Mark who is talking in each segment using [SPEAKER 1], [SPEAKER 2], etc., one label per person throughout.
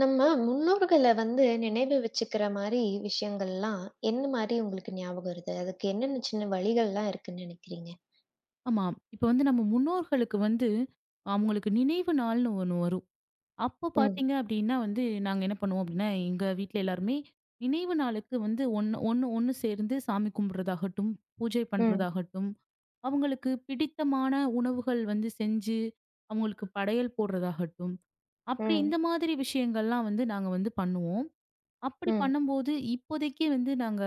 [SPEAKER 1] நம்ம முன்னோர்கள வந்து நினைவு வச்சுக்கிற மாரி விஷயங்கள்லாம் என்ன மாரி உங்களுக்கு ஞாபகம் வருது? அதுக்கு என்னென்ன சின்ன வழிகள்லாம் இருக்குன்னு நினைக்கிறீங்க?
[SPEAKER 2] ஆமா. இப்ப வந்து நம்ம முன்னோர்களுக்கு வந்து, அவங்களுக்கு நினைவு நாள்னு ஒண்ணு வரும். அப்போ
[SPEAKER 1] ம்,
[SPEAKER 2] பார்த்தீங்க அப்டின்னா வந்து, நாங்க என்ன பண்ணுவோம் அப்டின்னா, எங்க வீட்ல எல்லாருமே நினைவு நாளுக்கு வந்து ஒண்ணு ஒண்ணு ஒண்ணு சேர்ந்து சாமி கும்பிடுறதாகட்டும், பூஜை
[SPEAKER 1] ம்,
[SPEAKER 2] பண்றதாகட்டும், அவங்களுக்கு பிடித்தமான உணவுகள் வந்து செஞ்சு, அவங்களுக்கு படையல் போடுறதாகட்டும், அப்டி
[SPEAKER 1] ம்,
[SPEAKER 2] இந்த மாதிரி விஷயங்கள்லாம் வந்து நாங்க வந்து பண்ணுவோம். அப்டி
[SPEAKER 1] ம்,
[SPEAKER 2] பண்ணும்போது இப்போதைக்கு வந்து நாங்க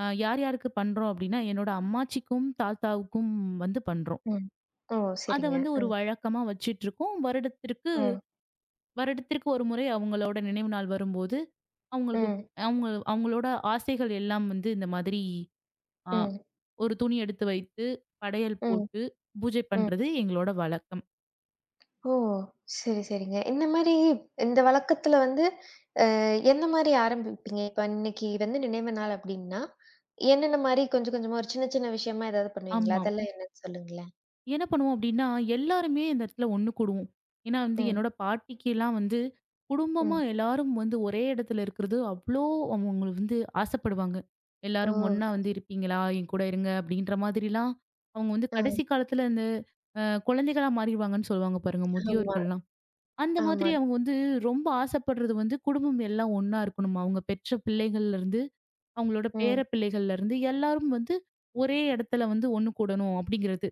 [SPEAKER 2] யார் யாருக்கு பண்றோம் அப்டின்னா, என்னோட அம்மாச்சிக்கும், தாத்தாவுக்கும் வந்து பண்றோம்.
[SPEAKER 1] ம். ஓ!
[SPEAKER 2] அத
[SPEAKER 1] சரிங்க.
[SPEAKER 2] வந்து ஒரு
[SPEAKER 1] ம்,
[SPEAKER 2] வழக்கமா வச்சிட்டுருக்கோம். வருடத்திற்கு
[SPEAKER 1] ம்,
[SPEAKER 2] வருடத்திற்கு ஒரு முறை அவங்களோட நினைவு நாள் வரும்போது, அவங்களுக்கு
[SPEAKER 1] ம்,
[SPEAKER 2] அவங்களோட ஆசைகள் எல்லாம் வந்து இந்த மாதிரி அ
[SPEAKER 1] ம்,
[SPEAKER 2] ஒரு துணி எடுத்து வைத்து, படையல்
[SPEAKER 1] ம்,
[SPEAKER 2] போட்டு பூஜை
[SPEAKER 1] ம்.
[SPEAKER 2] பண்றது எங்களோட வழக்கம்.
[SPEAKER 1] ஓ! சரி, சரிங்க. இந்த மாரி இந்த வழக்கத்துல வந்து அ எந்த மாரி ஆரம்பிப்பீங்க? இப்ப இன்னைக்கு வந்து நினைவு நாள் அப்டின்னா, என்னென்ன மாரி கொஞ்சம் கொஞ்சமா ஒரு சின்ன சின்ன விஷயமா ஏதாவது பண்ணுவீங்களா?
[SPEAKER 2] ஆமா.
[SPEAKER 1] அதெல்லாம் என்னன்னு சொல்லுங்களேன்?
[SPEAKER 2] என்ன பண்ணுவோம் அப்படின்னா, எல்லாருமே இந்த இடத்துல ஒண்ணு கூடுவோம். ஏன்னா வந்து
[SPEAKER 1] ம்,
[SPEAKER 2] என்னோட பாட்டிக்கெல்லாம் வந்து குடும்பமா
[SPEAKER 1] ம்.
[SPEAKER 2] எல்லாரும் வந்து ஒரே இடத்துல இருக்கிறது அவ்ளோ அவங்க வந்து ஆசைப்படுவாங்க.
[SPEAKER 1] ஓ!
[SPEAKER 2] எல்லாரும் ஒண்ணா வந்து இருப்பீங்களா? என் கூட இருங்க அப்படின்ற மாதிரிலாம் அவங்க வந்து
[SPEAKER 1] ஆ
[SPEAKER 2] கடைசி காலத்துல இந்த குழந்தைகளா மாறிடுவாங்கன்னு சொல்லுவாங்க பாருங்க
[SPEAKER 1] ஆமா.
[SPEAKER 2] முதியோர்கள்லாம். அந்த
[SPEAKER 1] ஆமா.
[SPEAKER 2] மாதிரி அவங்க வந்து ரொம்ப ஆசைப்படுறது வந்து குடும்பம் எல்லாம் ஒண்ணா இருக்கணுமா. அவங்க பெற்ற பிள்ளைகள்ல இருந்து, அவங்களோட பேர
[SPEAKER 1] ம்.
[SPEAKER 2] பிள்ளைகள்ல இருந்து எல்லாரும் வந்து ஒரே இடத்துல வந்து ஒண்ணு கூடணும் அப்படிங்கிறது.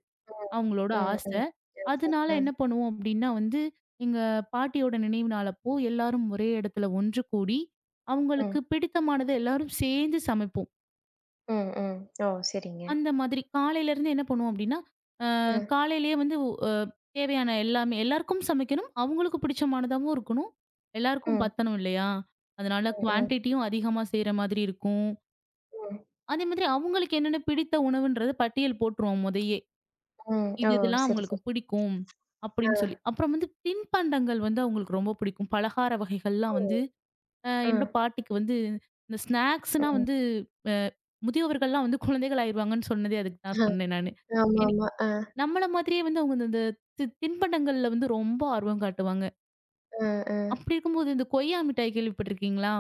[SPEAKER 2] அவங்களோட
[SPEAKER 1] ம். ம்.
[SPEAKER 2] ஆசை.
[SPEAKER 1] ம்.
[SPEAKER 2] அதனால
[SPEAKER 1] அ.
[SPEAKER 2] என்ன பண்ணுவோம் அப்டின்னா வந்து, எங்க பாட்டியோட நினைவு நாள் அப்போ எல்லாரும் ஒரே இடத்துல ஒன்று கூடி,
[SPEAKER 1] ம்.
[SPEAKER 2] அவங்களுக்கு பிடித்தமானத எல்லாரும் சேர்ந்து சமைப்போம்.
[SPEAKER 1] ம். ம். ஓ! சரிங்க.
[SPEAKER 2] அந்த மாதிரி காலையில இருந்து என்ன பண்ணுவோம் அப்டின்னா,
[SPEAKER 1] ம்.
[SPEAKER 2] காலையிலேயே வந்து உ அ தேவையான எல்லாமே எல்லாருக்கும் சமைக்கணும். அவங்களுக்கு பிடிச்சமானதாவும் இருக்கணும். எல்லாருக்கும்
[SPEAKER 1] ம்.
[SPEAKER 2] பத்தணும் இல்லையா? அதனால
[SPEAKER 1] ம். ம்.
[SPEAKER 2] குவான்டிட்டியும் அதிகமா செய்ற மாதிரி இருக்கும்.
[SPEAKER 1] ம்.
[SPEAKER 2] அதே மாதிரி அவங்களுக்கு என்னென்ன பிடித்த உணவுன்றத பட்டியல் போட்டுருவோம் மொதயே.
[SPEAKER 1] ம். ஓ!
[SPEAKER 2] இதெல்லாம்
[SPEAKER 1] சரி,
[SPEAKER 2] அவங்களுக்கு
[SPEAKER 1] சரி.
[SPEAKER 2] பிடிக்கும்.
[SPEAKER 1] ஆ.
[SPEAKER 2] அப்படின்னு சொல்லி. அப்புறம் வந்து தின்பண்டங்கள் வந்து அவங்களுக்கு ரொம்ப பிடிக்கும். பலகார வகைகள்லாம்
[SPEAKER 1] ஓ!
[SPEAKER 2] வந்து என்னோட
[SPEAKER 1] ம்.
[SPEAKER 2] பாட்டிக்கு வந்து இந்த ஸ்நாக்ஸ்னா
[SPEAKER 1] ம்.
[SPEAKER 2] வந்து அ முதியவர்கள்லாம் வந்து குழந்தைகள் ஆயிருவாங்கன்னு சொன்னதே அதுக்கு தான்
[SPEAKER 1] அ.
[SPEAKER 2] சொன்னேன் நானு. எனி
[SPEAKER 1] ஆமாமா. அ.
[SPEAKER 2] நம்மள மாதிரியே வந்து அவங்க இந்த இந்த தி தின்பண்டங்கள்ல வந்து ரொம்ப ஆர்வம் காட்டுவாங்க.
[SPEAKER 1] அ. அ.
[SPEAKER 2] அப்படி இருக்கும்போது இந்த கொய்யா மிட்டாய் கேள்விப்பட்டிருக்கீங்களா?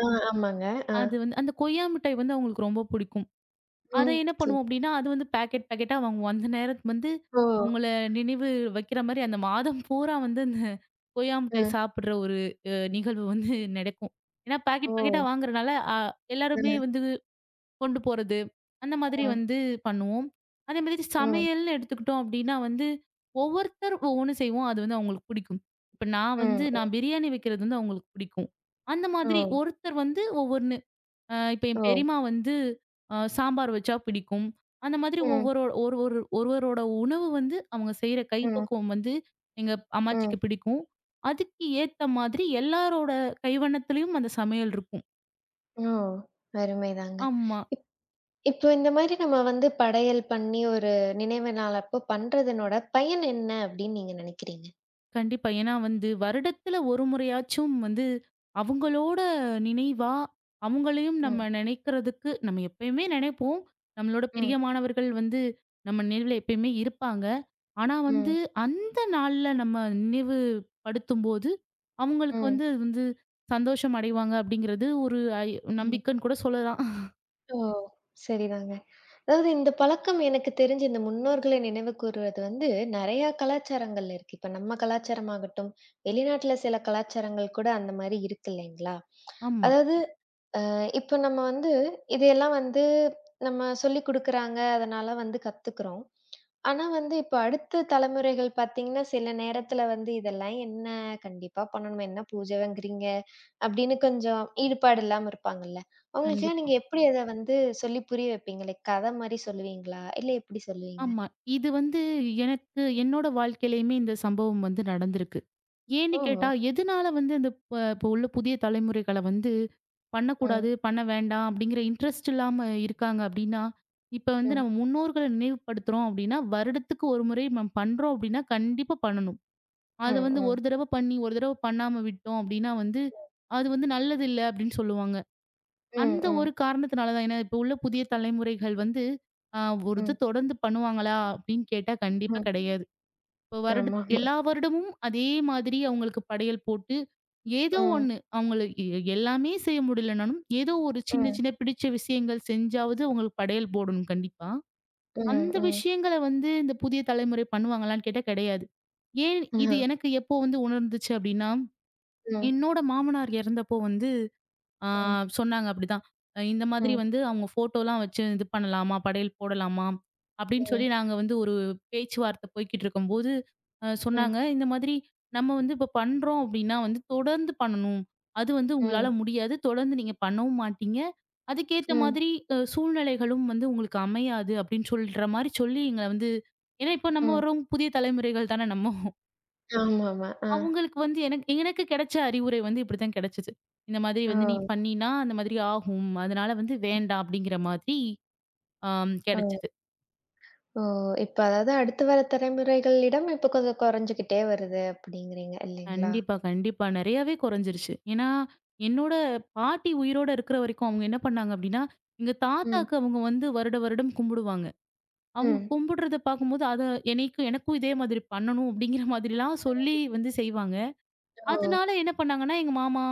[SPEAKER 1] ஆ ஆமாங்க. ஆ.
[SPEAKER 2] அது வந்து அந்த கொய்யா மிட்டாய் வந்து அவங்களுக்கு ரொம்ப பிடிக்கும். அத
[SPEAKER 1] ம்.
[SPEAKER 2] என்ன பண்ணுவோம்
[SPEAKER 1] சூப்பர்.
[SPEAKER 2] அப்டின்னா, அது வந்து பாக்கெட் பாக்கெட்டா வாங்குவோம். அந்த நேரத்துக்கு வந்து
[SPEAKER 1] ஓ!
[SPEAKER 2] அவங்கள நினைவு வைக்கிற மாரி அந்த மாதம் பூரா வந்து அந்த கொய்யா
[SPEAKER 1] அ.
[SPEAKER 2] மிட்டாய் சாப்பிடுற ஒரு நிகழ்வு வந்து நடக்கும். ஏன்னா
[SPEAKER 1] ஓ!
[SPEAKER 2] பாக்கெட் பாக்கெட்டா வாங்குறனால, எல்லாருமே
[SPEAKER 1] அ.
[SPEAKER 2] வந்து கொண்டு போறது, அந்த மாதிரி
[SPEAKER 1] ம்.
[SPEAKER 2] வந்து பண்ணுவோம். அதே மாதிரி
[SPEAKER 1] ம்.
[SPEAKER 2] சமையல்னு எடுத்துக்கிட்டோம் அப்டின்னா வந்து, ஒவ்வொருத்தர் ஒவ்வொன்னு செய்வோம். அது வந்து அவங்களுக்கு பிடிக்கும். இப்ப நான் வந்து
[SPEAKER 1] ம். ம்.
[SPEAKER 2] நான் பிரியாணி வைக்கிறது வந்து அவங்களுக்கு பிடிக்கும். அந்த
[SPEAKER 1] ஓ!
[SPEAKER 2] மாதிரி ஒருத்தர் வந்து ஒவ்வொன்னு. இப்ப என்
[SPEAKER 1] ஓ!
[SPEAKER 2] பெரியம்மா வந்து சாம்பார் வச்சா பிடிக்கும். அந்த மாதிரி
[SPEAKER 1] ம்.
[SPEAKER 2] ஒவ்வொரு ஒரு ஒரு ஒருவரோட உணவு வந்து அவங்க செய்ற
[SPEAKER 1] ம்.
[SPEAKER 2] கைப்பக்குவம் வந்து எங்க அம்மாச்சிக்கு
[SPEAKER 1] ம்.
[SPEAKER 2] பிடிக்கும். அதுக்கு ஏத்த மாதிரி எல்லாரோட கைவண்ணத்திலயும் அந்த சமையல் இருக்கும்.
[SPEAKER 1] ஓ! அருமைதாங்க.
[SPEAKER 2] ஆமா.
[SPEAKER 1] இப் இப்போ இந்த மாரி நம்ம வந்து படையல் பண்ணி ஒரு நினைவு நாள் அப்போ பண்றதனோட பயன் என்ன அப்படின்னு நீங்க நினைக்கிறீங்க?
[SPEAKER 2] கண்டிப்பா. ஏன்னா வந்து வருடத்துல ஒரு முறையாச்சும் வந்து அவங்களோட நினைவா, அவங்களையும்
[SPEAKER 1] ம்,
[SPEAKER 2] நம்ம நினைக்கிறதுக்கு நம்ம எப்பயுமே நினைப்போம். நம்மளோட
[SPEAKER 1] ம்,
[SPEAKER 2] பிரியமானவர்கள் வந்து நம்ம நினைவுல எப்பயுமே இருப்பாங்க. ஆனா வந்து
[SPEAKER 1] ம்,
[SPEAKER 2] அந்த நாள்ல நம்ம நினைவு படுத்தும்போது, அவங்களுக்கு
[SPEAKER 1] ம்,
[SPEAKER 2] வந்து அது வந்து சந்தோஷம் அடைவாங்க அப்படிங்கிறது ஒரு ஐ
[SPEAKER 1] ம்.
[SPEAKER 2] நம்பிக்கைன்னு கூட சொல்லலாம்.
[SPEAKER 1] ஓ! சரிதாங்க. அதாவது இந்த பழக்கம் எனக்கு தெரிஞ்சு இந்த முன்னோர்களை நினைவு கூறுவது வந்து நெறையா கலாச்சாரங்கள்ல இருக்கு. இப்ப நம்ம கலாச்சாரமாகட்டும், வெளிநாட்டுல சில கலாச்சாரங்கள் கூட அந்த மாரி இருக்கு இல்லைங்களா?
[SPEAKER 2] ஆமா,
[SPEAKER 1] அதாவது இப்ப நம்ம வந்து இதையெல்லாம் வந்து நம்ம சொல்லிக் குடுக்குறாங்க. அதனால வந்து கத்துக்கிறோம். ஆனா வந்து, இப்ப அடுத்த தலைமுறைகள் பார்த்தீங்கன்னா, சில நேரத்துல வந்து இதெல்லாம் என்ன கண்டிப்பா பண்ணணுமே, என்ன பூஜைங்கிறீங்க அப்படின்னு கொஞ்சம் ஈடுபாடு இல்லாம இருப்பாங்கல்ல. அவங்களுக்கெல்லாம்
[SPEAKER 2] கண்டிப்பா.
[SPEAKER 1] நீங்க எப்படி அத வந்து சொல்லி புரிய வைப்பீங்க? லைக் கதை மாரி சொல்லுவீங்களா? இல்ல எப்படி சொல்லுவீங்க?
[SPEAKER 2] ஆமா. இது வந்து எனக்கு என்னோட வாழ்க்கையிலயுமே இந்த சம்பவம் வந்து நடந்திருக்கு. ஏன்னு
[SPEAKER 1] ஓஹோ!
[SPEAKER 2] கேட்டா, எதனால வந்து அந்த இப்போ உள்ள புதிய தலைமுறைகள வந்து
[SPEAKER 1] ம்,
[SPEAKER 2] பண்ணக்கூடாது, பண்ண வேண்டாம் அப்படிங்கிற இன்ட்ரெஸ்ட் இல்லாம இருக்காங்க அப்படின்னா, இப்ப வந்து
[SPEAKER 1] ம்,
[SPEAKER 2] நம்ம முன்னோர்கள நினைவுபடுத்துறோம் அப்படின்னா, வருடத்துக்கு ஒரு முறை நம்ம பண்றோம் அப்படின்னா, கண்டிப்பா பண்ணணும். அத
[SPEAKER 1] ம்,
[SPEAKER 2] வந்து ஒரு
[SPEAKER 1] ம்,
[SPEAKER 2] தடவ பண்ணி, ஒரு தடவ பண்ணாம விட்டோம் அப்படின்னா வந்து, அது வந்து நல்லது இல்ல அப்படின்னு சொல்லுவாங்க.
[SPEAKER 1] ம்,
[SPEAKER 2] அந்த
[SPEAKER 1] ம்,
[SPEAKER 2] ஒரு காரணத்தினால தான். ஏன்னா, இப்ப உள்ள புதிய தலைமுறைகள் வந்து, அ ஒரு இது
[SPEAKER 1] ம்,
[SPEAKER 2] தொடர்ந்து பண்ணுவாங்களா? அப்படின்னு கேட்டா கண்டிப்பா
[SPEAKER 1] ம்.
[SPEAKER 2] கிடையாது. இப்ப
[SPEAKER 1] ஆமா, ஆமா.
[SPEAKER 2] எல்லா வருடமும் அதே மாதிரி அவங்களுக்கு படையல் போட்டு, ஏதோ
[SPEAKER 1] ம்,
[SPEAKER 2] ஒண்ணு அவங்களுக்கு எல்லாமே செய்ய முடியலனாலும், ஏதோ ஒரு சின்ன
[SPEAKER 1] ம்,
[SPEAKER 2] சின்ன பிடிச்ச விஷயங்கள் செஞ்சாவது அவங்களுக்கு படையல் போடணும் கண்டிப்பா.
[SPEAKER 1] ம்,
[SPEAKER 2] அந்த
[SPEAKER 1] ம்.
[SPEAKER 2] விஷயங்கள வந்து இந்த புதிய தலைமுறை பண்ணுவாங்களான்னு கேட்டா கிடையாது. ஏன் இது
[SPEAKER 1] அஹ.
[SPEAKER 2] எனக்கு எப்போ வந்து உணர்ந்துச்சு அப்படின்னா,
[SPEAKER 1] ம்,
[SPEAKER 2] என்னோட மாமனார் இறந்தப்போ வந்து ஆ
[SPEAKER 1] ம்,
[SPEAKER 2] சொன்னாங்க அப்படிதான். இந்த மாதிரி
[SPEAKER 1] ம்,
[SPEAKER 2] வந்து அவங்க ஃபோட்டோலாம் வச்சு இது பண்ணலாமா? படையல் போடலாமா? அப்படின்னு
[SPEAKER 1] ம்,
[SPEAKER 2] சொல்லி நாங்க வந்து ஒரு பேச்சுவார்த்தை போய்க்கிட்டு இருக்கும்போது,
[SPEAKER 1] ம்,
[SPEAKER 2] சொன்னாங்க. இந்த மாதிரி நம்ம வந்து இப்ப பண்றோம் அப்படின்னா வந்து தொடர்ந்து பண்ணணும். அது வந்து உங்களால
[SPEAKER 1] ம்,
[SPEAKER 2] முடியாது. தொடர்ந்து நீங்க பண்ணவும் மாட்டீங்க. அதுக்கேத்த
[SPEAKER 1] ம்,
[SPEAKER 2] மாதிரி சூழ்நிலைகளும் வந்து உங்களுக்கு அமையாது அப்படின்னு சொல்ற மாரி சொல்லி எங்கள வந்து ஏன்னா இப்ப நம்ம
[SPEAKER 1] ம்.
[SPEAKER 2] வர்றவங்க புதிய தலைமுறைகள் தானே நம்ம.
[SPEAKER 1] ஆமாமா. ஆ.
[SPEAKER 2] அவங்களுக்கு வந்து எனக்கு எனக்கு கிடைச்ச அறிவுரை வந்து இப்படித்தான் கிடைச்சது. இந்த மாதிரி
[SPEAKER 1] ஓ!
[SPEAKER 2] வந்து நீ பண்ணினா, அந்த மாதிரி ஆகும். அதனால வந்து வேண்டாம் அப்படிங்கிற மாதிரி ஆம்
[SPEAKER 1] ஓ!
[SPEAKER 2] கிடைச்சது.
[SPEAKER 1] ஓ! இப்ப அதாவது அடுத்து வர தலைமுறைகளிடம் இப்ப கொஞ்சம் குறைஞ்சுகிட்டே வருது அப்படிங்கிறீங்க இல்லைங்களா?
[SPEAKER 2] கண்டிப்பா, கண்டிப்பா. நெறையாவே குறைஞ்சிருச்சு. ஏன்னா, என்னோட பாட்டி உயிரோட இருக்கிற வரைக்கும் அவங்க என்ன பண்ணாங்க அப்படின்னா, எங்க
[SPEAKER 1] ம்,
[SPEAKER 2] தாத்தாக்கு அவங்க வந்து வருட வருடம் கும்பிடுவாங்க. அவங்க
[SPEAKER 1] ம்.
[SPEAKER 2] கும்பிடுறத பார்க்கும்போது, அத என்னைக்கும் எனக்கும் இதே மாதிரி பண்ணணும் அப்படிங்கிற மாதிரிலாம் சொல்லி வந்து செய்வாங்க.
[SPEAKER 1] ஓ!
[SPEAKER 2] அதனால என்ன பண்ணாங்கன்னா, எங்க மாமா,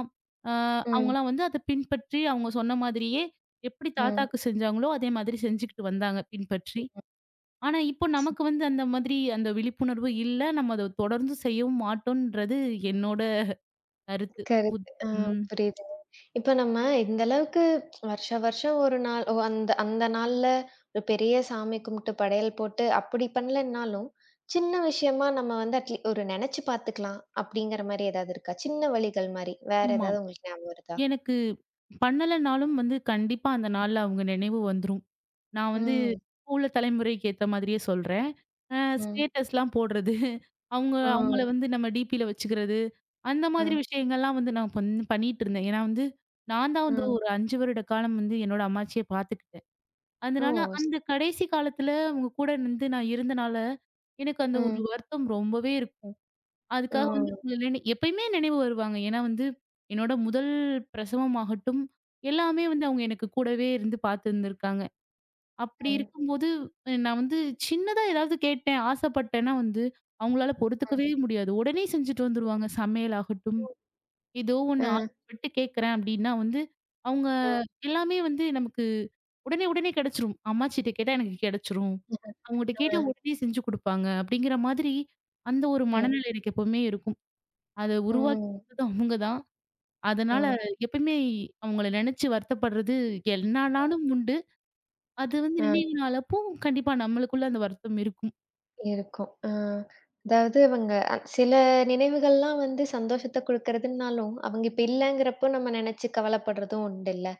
[SPEAKER 2] அ
[SPEAKER 1] ம்,
[SPEAKER 2] அவங்கலாம் வந்து அத பின்பற்றி, அவங்க சொன்ன மாதிரியே எப்படி
[SPEAKER 1] ம்.
[SPEAKER 2] தாத்தாக்கு செஞ்சாங்களோ, அதே மாதிரி செஞ்சுகிட்டு வந்தாங்க பின்பற்றி. ஆனா, இப்போ நமக்கு வந்து அந்த மாதிரி அந்த விழிப்புணர்வு இல்ல. நம்ம அத தொடர்ந்து செய்யவும் மாட்டோம்ன்றது என்னோட கருத்து. உத்
[SPEAKER 1] கரெக்ட். ஆ
[SPEAKER 2] ம்.
[SPEAKER 1] புரியுதுங்க. இப்ப நம்ம இந்த அளவுக்கு வருஷம் வருஷம் ஒரு நாள் ஓ அந்த அந்த நாள்ல ஒரு பெரிய சாமி கும்பிட்டு படையல் போட்டு அப்படி பண்ணலன்னாலும், சின்ன விஷயமா நம்ம வந்து அட்லீ ஒரு நெனச்சு பார்த்துக்கலாம் அப்படிங்கிற மாரி ஏதாவது இருக்கா? சின்ன வழிகள் மாரி. வேற
[SPEAKER 2] ஆமா.
[SPEAKER 1] ஏதாவது உங்களுக்கு ஞாபகம் வருதா?
[SPEAKER 2] எனக்கு பண்ணலனாலும் வந்து கண்டிப்பா அந்த நாள்ல அவங்க நினைவு வந்துரும். நான் வந்து
[SPEAKER 1] ம்,
[SPEAKER 2] இப்போ உள்ள தலைமுறைக்கு ஏத்த மாதிரியே சொல்றேன். அ
[SPEAKER 1] ம்.
[SPEAKER 2] ஸ்டேட்டஸ்லாம் போடுறது, அவங்க
[SPEAKER 1] ஓ!
[SPEAKER 2] அவங்கள வந்து நம்ம டிபில வச்சுக்கிறது, அந்த மாதிரி
[SPEAKER 1] ம்,
[SPEAKER 2] விஷயங்கள்லாம் வந்து நான் பண்ணிட்டுருந்தேன். ஏன்னா வந்து, நான் தான் வந்து
[SPEAKER 1] ம்.
[SPEAKER 2] ஒரு 5 வருட காலம் வந்து என்னோட அம்மாச்சிய பார்த்துக்கிட்டேன்.
[SPEAKER 1] ஓ!
[SPEAKER 2] அதனால
[SPEAKER 1] ஸ்
[SPEAKER 2] அந்த கடைசி காலத்துல அவங்க கூட வந்து நான் இருந்தனால, எனக்கு அந்த ஒரு
[SPEAKER 1] ம்.
[SPEAKER 2] வருத்தம் ரொம்பவே இருக்கும். அதுக்காக வந்து
[SPEAKER 1] Rồi,
[SPEAKER 2] அவங்கள எப்பயுமே நினைவு வருவாங்க. ஏன்னா வந்து, என்னோட முதல் பிரசவம் ஆகட்டும், எல்லாமே வந்து அவங்க எனக்கு கூடவே இருந்து பார்த்துருந்துருக்காங்க. அப்படி
[SPEAKER 1] à, ஆ,
[SPEAKER 2] இருக்கும்போது, நான் வந்து சின்னதா ஏதாவது கேட்டேன், ஆசைப்பட்டேன்னா வந்து, அவங்களால பொறுத்துக்கவே முடியாது. உடனே செஞ்சுட்டு வந்துருவாங்க. சமையலாகட்டும், ஏதோ
[SPEAKER 1] ஆ,
[SPEAKER 2] ஒண்ணு ஆசைப்பட்டு கேட்குறேன் அப்படின்னா வந்து, அவங்க
[SPEAKER 1] ஆ,
[SPEAKER 2] எல்லாமே வந்து நமக்கு உடனே உடனே கிடைச்சிரும். அம்மாச்சிட்ட கேட்டா எனக்கு கிடைச்சிரும். அவங்ககிட்ட
[SPEAKER 1] ஆ,
[SPEAKER 2] கேட்டா உடனே செஞ்சு குடுப்பாங்க. அப்படிங்கிற மாதிரி அந்த ஒரு
[SPEAKER 1] ஆ,
[SPEAKER 2] மனநிலை எனக்கு எப்பவுமே இருக்கும். அத உருவாக்கி
[SPEAKER 1] ம்,
[SPEAKER 2] குடுத்தது அவங்க தான்.
[SPEAKER 1] ஆ,
[SPEAKER 2] அதனால எப்பயுமே அவங்கள நினைச்சு வருத்தப்படுறது என்னானாலும் உண்டு. அது வந்து
[SPEAKER 1] ஆ
[SPEAKER 2] நினைவு நாள் அப்போ கண்டிப்பா நம்மளுக்குள்ள அந்த வருத்தம் இருக்கும்.
[SPEAKER 1] இருக்கும். ஆ அதாவது அவங்க சில நினைவுகள்லாம் வந்து சந்தோஷத்த குடுக்கறதுன்னாலும், அவங்க இப்ப இல்லங்கிறப்போ நம்ம நெனச்சு கவலப்படுறதும் உண்டுல்ல.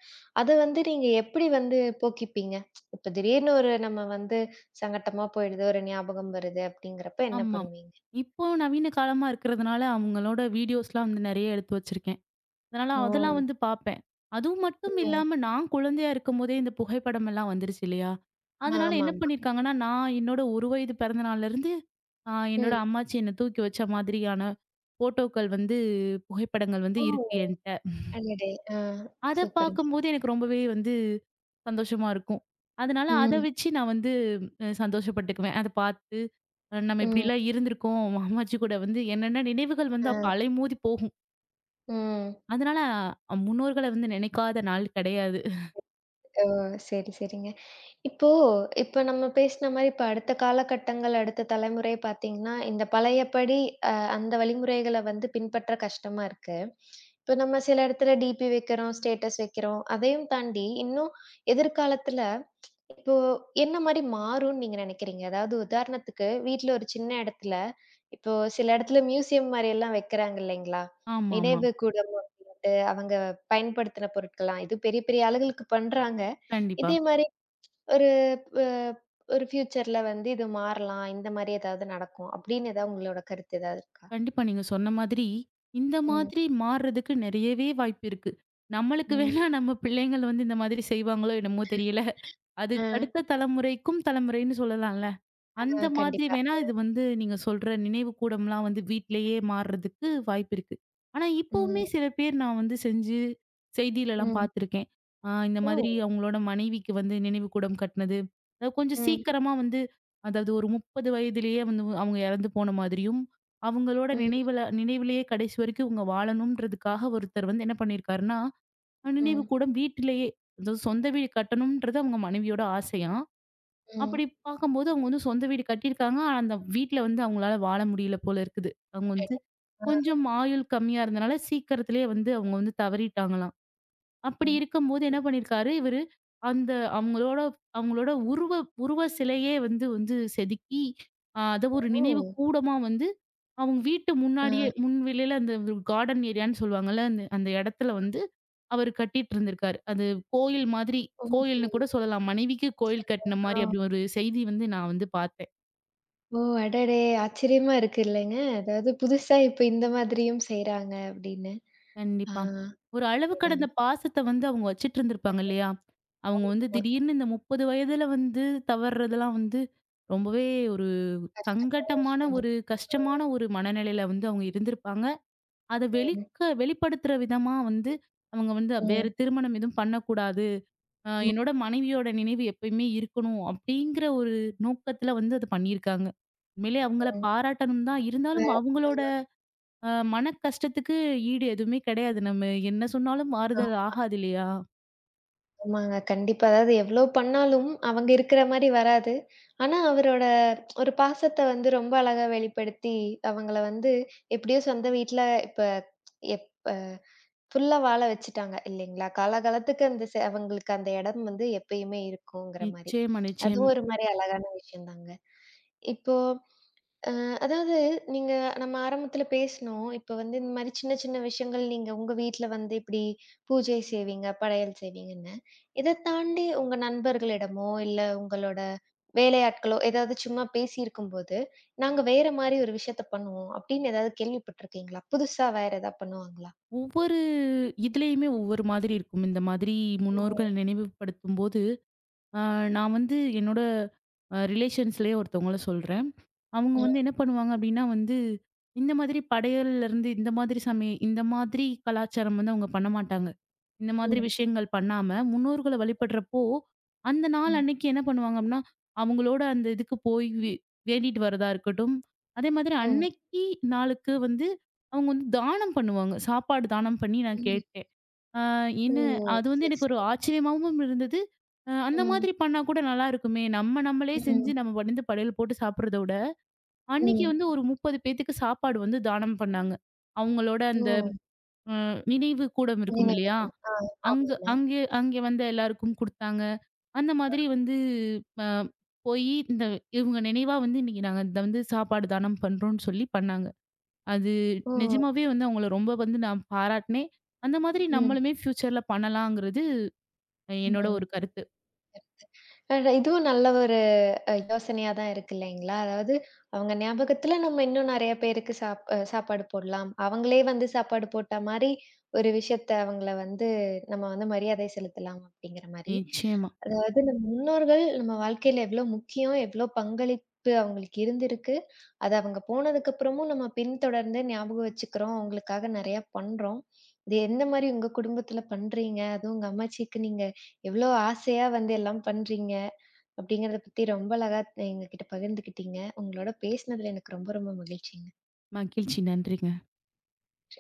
[SPEAKER 1] அது வந்து நீங்க எப்படி வந்து போக்கிப்பீங்க? இப்ப திடீர்னு ஒரு நம்ம வந்து சங்கட்டமா போயிடுது, ஒரு ஞாபகம் வருது அப்படிங்கிறப்ப என்ன
[SPEAKER 2] ஆமா.
[SPEAKER 1] பண்ணுவீங்க?
[SPEAKER 2] இப்போ நவீன காலமா இருக்கிறதுனால அவங்களோட வீடியோஸ்லாம் வந்து நெறைய எடுத்து வச்சிருக்கேன். அதனால அதெல்லாம்
[SPEAKER 1] ஓ!
[SPEAKER 2] வந்து பார்ப்பேன். அதுவும் மட்டும்
[SPEAKER 1] ம்.
[SPEAKER 2] இல்லாம நான் குழந்தையா இருக்கும்போதே இந்த புகைப்படமெல்லாம் வந்துருச்சு இல்லையா?
[SPEAKER 1] ஆ,
[SPEAKER 2] அதனால என்ன
[SPEAKER 1] ஆமாமா.
[SPEAKER 2] பண்ணியிருக்காங்கன்னா, நான் என்னோட ஒரு வயது பிறந்த நாள்லருந்து
[SPEAKER 1] ம்.
[SPEAKER 2] என்னோட அம்மாச்சி என்ன தூக்கி வச்ச மாதிரியான ஃபோட்டோக்கள் வந்து புகைப்படங்கள் வந்து
[SPEAKER 1] ஓ!
[SPEAKER 2] இருக்கு என்ட்ட.
[SPEAKER 1] அடடே! ஆ,
[SPEAKER 2] அத
[SPEAKER 1] சூப்பருங்க.
[SPEAKER 2] பார்க்கும்போது எனக்கு ரொம்பவே வந்து சந்தோஷமா இருக்கும். அதனால அத
[SPEAKER 1] ம்,
[SPEAKER 2] வச்சு நான் வந்து சந்தோஷப்பட்டுக்குவேன். அத பார்த்து நம்ம
[SPEAKER 1] ம்.
[SPEAKER 2] இப்படிலாம் இருந்திருக்கோம். அம்மாச்சி கூட வந்து என்னென்ன நினைவுகள் வந்து
[SPEAKER 1] ஆ.
[SPEAKER 2] அப்ப அலைமோதி போகும்.
[SPEAKER 1] ம்.
[SPEAKER 2] அதனால முன்னோர்கள வந்து நினைக்காத நாள் கிடையாது.
[SPEAKER 1] ஓ! சரி, சரிங்க. இப்போ இப்ப நம்ம பேசின மாரி இப்ப அடுத்த காலகட்டங்கள், அடுத்த தலைமுறை பார்த்தீங்கன்னா, இந்த பழையபடி அந்த வழிமுறைகள வந்து பின்பற்ற கஷ்டமா இருக்கு. இப்ப நம்ம சில இடத்துல டிபி வைக்கிறோம், ஸ்டேட்டஸ் வைக்கிறோம். அதையும் தாண்டி இன்னும் எதிர்காலத்துல இப்போ என்ன மாரி மாறும்ன்னு நீங்க நினைக்கிறீங்க? அதாவது உதாரணத்துக்கு வீட்ல ஒரு சின்ன இடத்துல இப்போ சில இடத்துல மியூசியம் மாரி எல்லாம் வைக்கிறாங்க இல்லைங்களா?
[SPEAKER 2] ஆமாமா.
[SPEAKER 1] நினைவு கூட அவங்க பயன்படுத்தின பொருட்கள்லாம். இது பெரிய பெரிய ஆளுகளுக்கு பண்றாங்க.
[SPEAKER 2] கண்டிப்பா.
[SPEAKER 1] இதே மாரி ஒரு அ ஒரு ஃபியூச்சர்ல வந்து இது மாறலாம். இந்த மாரி ஏதாவது நடக்கும் அப்படின்னு ஏதாவது உங்களோட கருத்து ஏதாவது இருக்கா?
[SPEAKER 2] கண்டிப்பா நீங்க சொன்ன மாதிரி, இந்த
[SPEAKER 1] ம்.
[SPEAKER 2] மாதிரி மாறுறதுக்கு நிறையவே வாய்ப்பு இருக்கு. நம்மளுக்கு
[SPEAKER 1] ம்.
[SPEAKER 2] வேணா நம்ம பிள்ளைங்கள் வந்து இந்த மாதிரி செய்வாங்களோ என்னமோ தெரியல.
[SPEAKER 1] அ,
[SPEAKER 2] அதுக்கு அடுத்த தலைமுறைக்கும் தலைமுறைன்னு சொல்லலாம்.
[SPEAKER 1] அ
[SPEAKER 2] அந்த மாதிரி
[SPEAKER 1] கண்டிப்பா.
[SPEAKER 2] வேணா இது வந்து நீங்க சொல்ற நினைவு கூடம்லாம் வந்து வீட்லயே மாறுறதுக்கு வாய்ப்பு இருக்கு. ஆனா,
[SPEAKER 1] ம்.
[SPEAKER 2] இப்பவுமே சில பேர் நான் வந்து செஞ்சு செய்தியிலலாம்
[SPEAKER 1] ம்.
[SPEAKER 2] பார்த்துருக்கேன். இந்த மாதிரி
[SPEAKER 1] ஓ!
[SPEAKER 2] அவங்களோட மனைவிக்கு வந்து நினைவுக்கூடம் கட்டினது. கொஞ்சம்
[SPEAKER 1] ம்.
[SPEAKER 2] சீக்கிரமா வந்து அதாவது ஒரு 30 வயதிலேயே வந்து அவங்க இறந்து போன மாதிரியும், அவங்களோட
[SPEAKER 1] ம்.
[SPEAKER 2] நினைவுல நினைவிலேயே கடைசி வரைக்கும் இவங்க வாழணும்ன்றதுக்காக ஒருத்தர் வந்து என்ன பண்ணியிருக்காருன்னா,
[SPEAKER 1] ம்.
[SPEAKER 2] நினைவுக்கூடம் வீட்டிலேயே அதாவது சொந்த வீடு கட்டணும்ன்றது அவங்க மனைவியோட ஆசையாம்.
[SPEAKER 1] ம்.
[SPEAKER 2] அப்படி பார்க்கும்போது அவங்க வந்து சொந்த வீடு கட்டியிருக்காங்க. ஆனா, அந்த வீட்ல வந்து அவங்களால வாழ முடியல போல இருக்குது. அவங்க வந்து
[SPEAKER 1] அடடா! ஆ.
[SPEAKER 2] கொஞ்சம் ஆயுள் கம்மியா இருந்தனால சீக்கிரத்திலேயே வந்து அவங்க வந்து தவறிட்டாங்களாம். அப்படி
[SPEAKER 1] ம்.
[SPEAKER 2] இருக்கும்போது என்ன பண்ணியிருக்காரு இவரு, அந்த அவங்களோட அவங்களோட உருவ உருவ சிலையே வந்து வந்து செதுக்கி, அத ஒரு
[SPEAKER 1] ஓ!
[SPEAKER 2] நினைவு கூடமா வந்து, அவங்க வீட்டு
[SPEAKER 1] ஆ.
[SPEAKER 2] முன்னாடியே முன்வெளியில அந்த கார்டன் ஏரியான்னு சொல்லுவாங்கல்ல, அந்த அந்த இடத்துல வந்து அவரு கட்டிட்டு இருந்திருக்காரு. அது கோயில் மாதிரி,
[SPEAKER 1] ம்.
[SPEAKER 2] கோயில்னு
[SPEAKER 1] ம்.
[SPEAKER 2] கூட சொல்லலாம். மனைவிக்கு கோயில் கட்டின
[SPEAKER 1] ஆ.
[SPEAKER 2] மாரி அப்படி ஒரு செய்தி வந்து நான் வந்து பார்த்தேன்.
[SPEAKER 1] ஓ! அடடே! ஆச்சரியமா இருக்கு இல்லைங்க. அதாவது புதுசா இப்ப இந்த மாதிரியும் செய்றாங்க அப்படின்னு. ஆ.
[SPEAKER 2] கண்டிப்பா. ஒரு அளவு
[SPEAKER 1] செய்றாங்க.
[SPEAKER 2] கடந்த பாசத்த வந்து அவங்க வச்சுட்டு இருந்திருப்பாங்க இல்லையா? அவங்க வந்து
[SPEAKER 1] ஆமா.
[SPEAKER 2] திடீர்னு இந்த 30 வயதுல வந்து தவறுதெல்லாம் வந்து ரொம்பவே ஒரு
[SPEAKER 1] கஷ்டமான
[SPEAKER 2] சங்கட்டமான,
[SPEAKER 1] விஷயம் அது.
[SPEAKER 2] ஒரு கஷ்டமான ஒரு மனநிலையில வந்து அவங்க இருந்திருப்பாங்க. அத
[SPEAKER 1] ம்.
[SPEAKER 2] வெளிப்படுத்துற விதமா வந்து அவங்க வந்து வேற
[SPEAKER 1] ம்.
[SPEAKER 2] திருமணம் எதுவும் பண்ணக்கூடாது. என்னோட மனைவியோட நினைவு எப்பயுமே இருக்கணும் அப்படிங்கிற ஒரு நோக்கத்துல வந்து அத பண்ணியிருக்காங்க. உண்மையிலே அவங்கள
[SPEAKER 1] ம்.
[SPEAKER 2] பாராட்டணும் தான்.
[SPEAKER 1] வே
[SPEAKER 2] இருந்தாலும் அவங்களோட மன கஷ்டத்துக்கு ஈடு எதுவுமே கிடையாது. நம்ம என்ன சொன்னாலும்
[SPEAKER 1] ஆ
[SPEAKER 2] மாறுதல் ஆகாது இல்லையா?
[SPEAKER 1] ஆமாங்க. கண்டிப்பா. அதாவது எவ்ளோ பண்ணாலும் அவங்க இருக்கிற மாரி வராது. ஆனா, அவரோட ஒரு பாசத்த வந்து ரொம்ப அழகா வெளிப்படுத்தி, அவங்கள வந்து எப்படியோ சொந்த வீட்ல இப்ப எப் அ ஃபுல்லா வாழ வச்சுட்டாங்க இல்லைங்களா? காலகாலத்துக்கு அந்த அவங்களுக்கு அந்த இடம் வந்து எப்பயுமே இருக்குங்கிற மாரி.
[SPEAKER 2] நிச்சயமா,
[SPEAKER 1] அதுவும்
[SPEAKER 2] நிச்சயமா.
[SPEAKER 1] ஒரு மாரி அழகான விஷயம் தாங்க. இப்போ அ அதாவது நீங்க நம்ம ஆரம்பத்துல பேசினோம். இப்ப வந்து இந்த மாரி சின்ன சின்ன விஷயங்கள் நீங்க உங்க வீட்ல வந்து இப்படி பூஜை செய்வீங்க, படையல் செய்வீங்கன்னு. இத தாண்டி உங்க நண்பர்களிடமோ, இல்ல உங்களோட வேலையாட்களோ ஏதாவது சும்மா பேசியிருக்கும்போது, "நாங்க வேற மாரி ஒரு விஷயத்த பண்ணுவோம்." அப்படின்னு ஏதாவது கேள்விப்பட்டிருக்கீங்களா? புதுசா வேற ஏதாவது பண்ணுவாங்களா?
[SPEAKER 2] ஒவ்வொரு இதுலயுமே ஒவ்வொரு மாதிரி இருக்கும். இந்த மாதிரி
[SPEAKER 1] ம்.
[SPEAKER 2] முன்னோர்கள் நினைவுபடுத்தும்போது ஆ, நான் வந்து என்னோட ரிலேஷன்ஸ்லயே ஒருத்தவங்கள சொல்றேன். அவங்க வந்து
[SPEAKER 1] அ,
[SPEAKER 2] என்ன பண்ணுவாங்க அப்டின்னா வந்து, இந்த மாதிரி படையல்ல இருந்து இந்த மாதிரி இந்த மாதிரி கலாச்சாரம் வந்து அவங்க பண்ண மாட்டாங்க. இந்த மாதிரி
[SPEAKER 1] ம்,
[SPEAKER 2] விஷயங்கள் பண்ணாம, முன்னோர்கள வழிபடுறப்போ, அந்த நாள்
[SPEAKER 1] ம்,
[SPEAKER 2] அன்னைக்கு என்ன பண்ணுவாங்க அப்டின்னா, அவங்களோட அந்த இதுக்கு போய் வேண்டிட்டு வரதா இருக்கட்டும், அதே மாதிரி
[SPEAKER 1] ம்,
[SPEAKER 2] அன்னைக்கு நாளுக்கு வந்து அவங்க வந்து தானம் பண்ணுவாங்க. சாப்பாடு தானம் பண்ணி நான்
[SPEAKER 1] ம்.
[SPEAKER 2] கேட்டேன். ஆ
[SPEAKER 1] ஓ!
[SPEAKER 2] என்ன அது வந்து
[SPEAKER 1] சரி,
[SPEAKER 2] எனக்கு ஒரு
[SPEAKER 1] சரி.
[SPEAKER 2] ஆச்சரியமாவும் இருந்தது. அந்த
[SPEAKER 1] ம்,
[SPEAKER 2] மாதிரி பண்ணா கூட நல்லா இருக்குமே! நம்ம நம்மளே செஞ்சு
[SPEAKER 1] ம்,
[SPEAKER 2] நம்ம வந்து படையல் போட்டு சாப்பிடுறத விட, அன்னைக்கு
[SPEAKER 1] ம்.
[SPEAKER 2] வந்து ஒரு 30 பேத்துக்கு சாப்பாடு வந்து தானம் பண்ணாங்க. அவங்களோட அந்த
[SPEAKER 1] ஓ!
[SPEAKER 2] அ நினைவு கூடம் இருக்கும் இல்லையா?
[SPEAKER 1] நினைவுகள். ஆ,
[SPEAKER 2] அங்க
[SPEAKER 1] ஆமாமா.
[SPEAKER 2] அங்கே அங்கே வந்த எல்லாருக்கும் குடுத்தாங்க. அந்த மாதிரி வந்து அ போயி இந்த இவங்க நினைவா வந்து இன்னைக்கு நாங்க இத வந்து சாப்பாடு தானம் பண்றோம்ன்னு சொல்லி பண்ணாங்க. அது
[SPEAKER 1] ஓ!
[SPEAKER 2] நிஜமாவே வந்து அவங்கள ரொம்ப வந்து நான் பாராட்டுனேன். அந்த மாதிரி
[SPEAKER 1] ம்,
[SPEAKER 2] நம்மளுமே ஃப்யூச்சர்ல பண்ணலாங்கிறது என்னோட
[SPEAKER 1] ம்.
[SPEAKER 2] ஒரு கருத்து.
[SPEAKER 1] அட இதுவும் நல்ல ஒரு யோசனையா தான் இருக்கு இல்லைங்களா? அதாவது அவங்க ஞாபகத்துல நம்ம இன்னும் நெறைய பேருக்கு சாப்பாடு போடலாம். அவங்களே வந்து சாப்பாடு போட்ட மாரி ஒரு விஷயத்த அவங்கள வந்து நம்ம வந்து மரியாதை செலுத்தலாம் அப்படிங்கிற மாரி.
[SPEAKER 2] நிச்சயமா.
[SPEAKER 1] அதாவது நம்ம முன்னோர்கள் நம்ம வாழ்க்கையில எவ்ளோ முக்கியம், எவ்ளோ பங்களிப்பு அவங்களுக்கு இருந்திருக்கு. அது அவங்க போனதுக்கு அப்புறமும் நம்ம பின்தொடர்ந்து ஞாபகம் வச்சுக்கிறோம். அவங்களுக்காக நெறைய பண்றோம். இது எந்த மாரி உங்க குடும்பத்துல பண்றீங்க? அதுவும் உங்க அம்மாச்சிக்கு நீங்க எவ்ளோ ஆசையா வந்து எல்லாம் பண்றீங்க? அப்படிங்கிறத பத்தி ரொம்ப அழகா எங்ககிட்ட பகிர்ந்துக்கிட்டீங்க. உங்களோட பேசினதுல எனக்கு ரொம்ப ரொம்ப மகிழ்ச்சிங்க.
[SPEAKER 2] மகிழ்ச்சி. நன்றிங்க.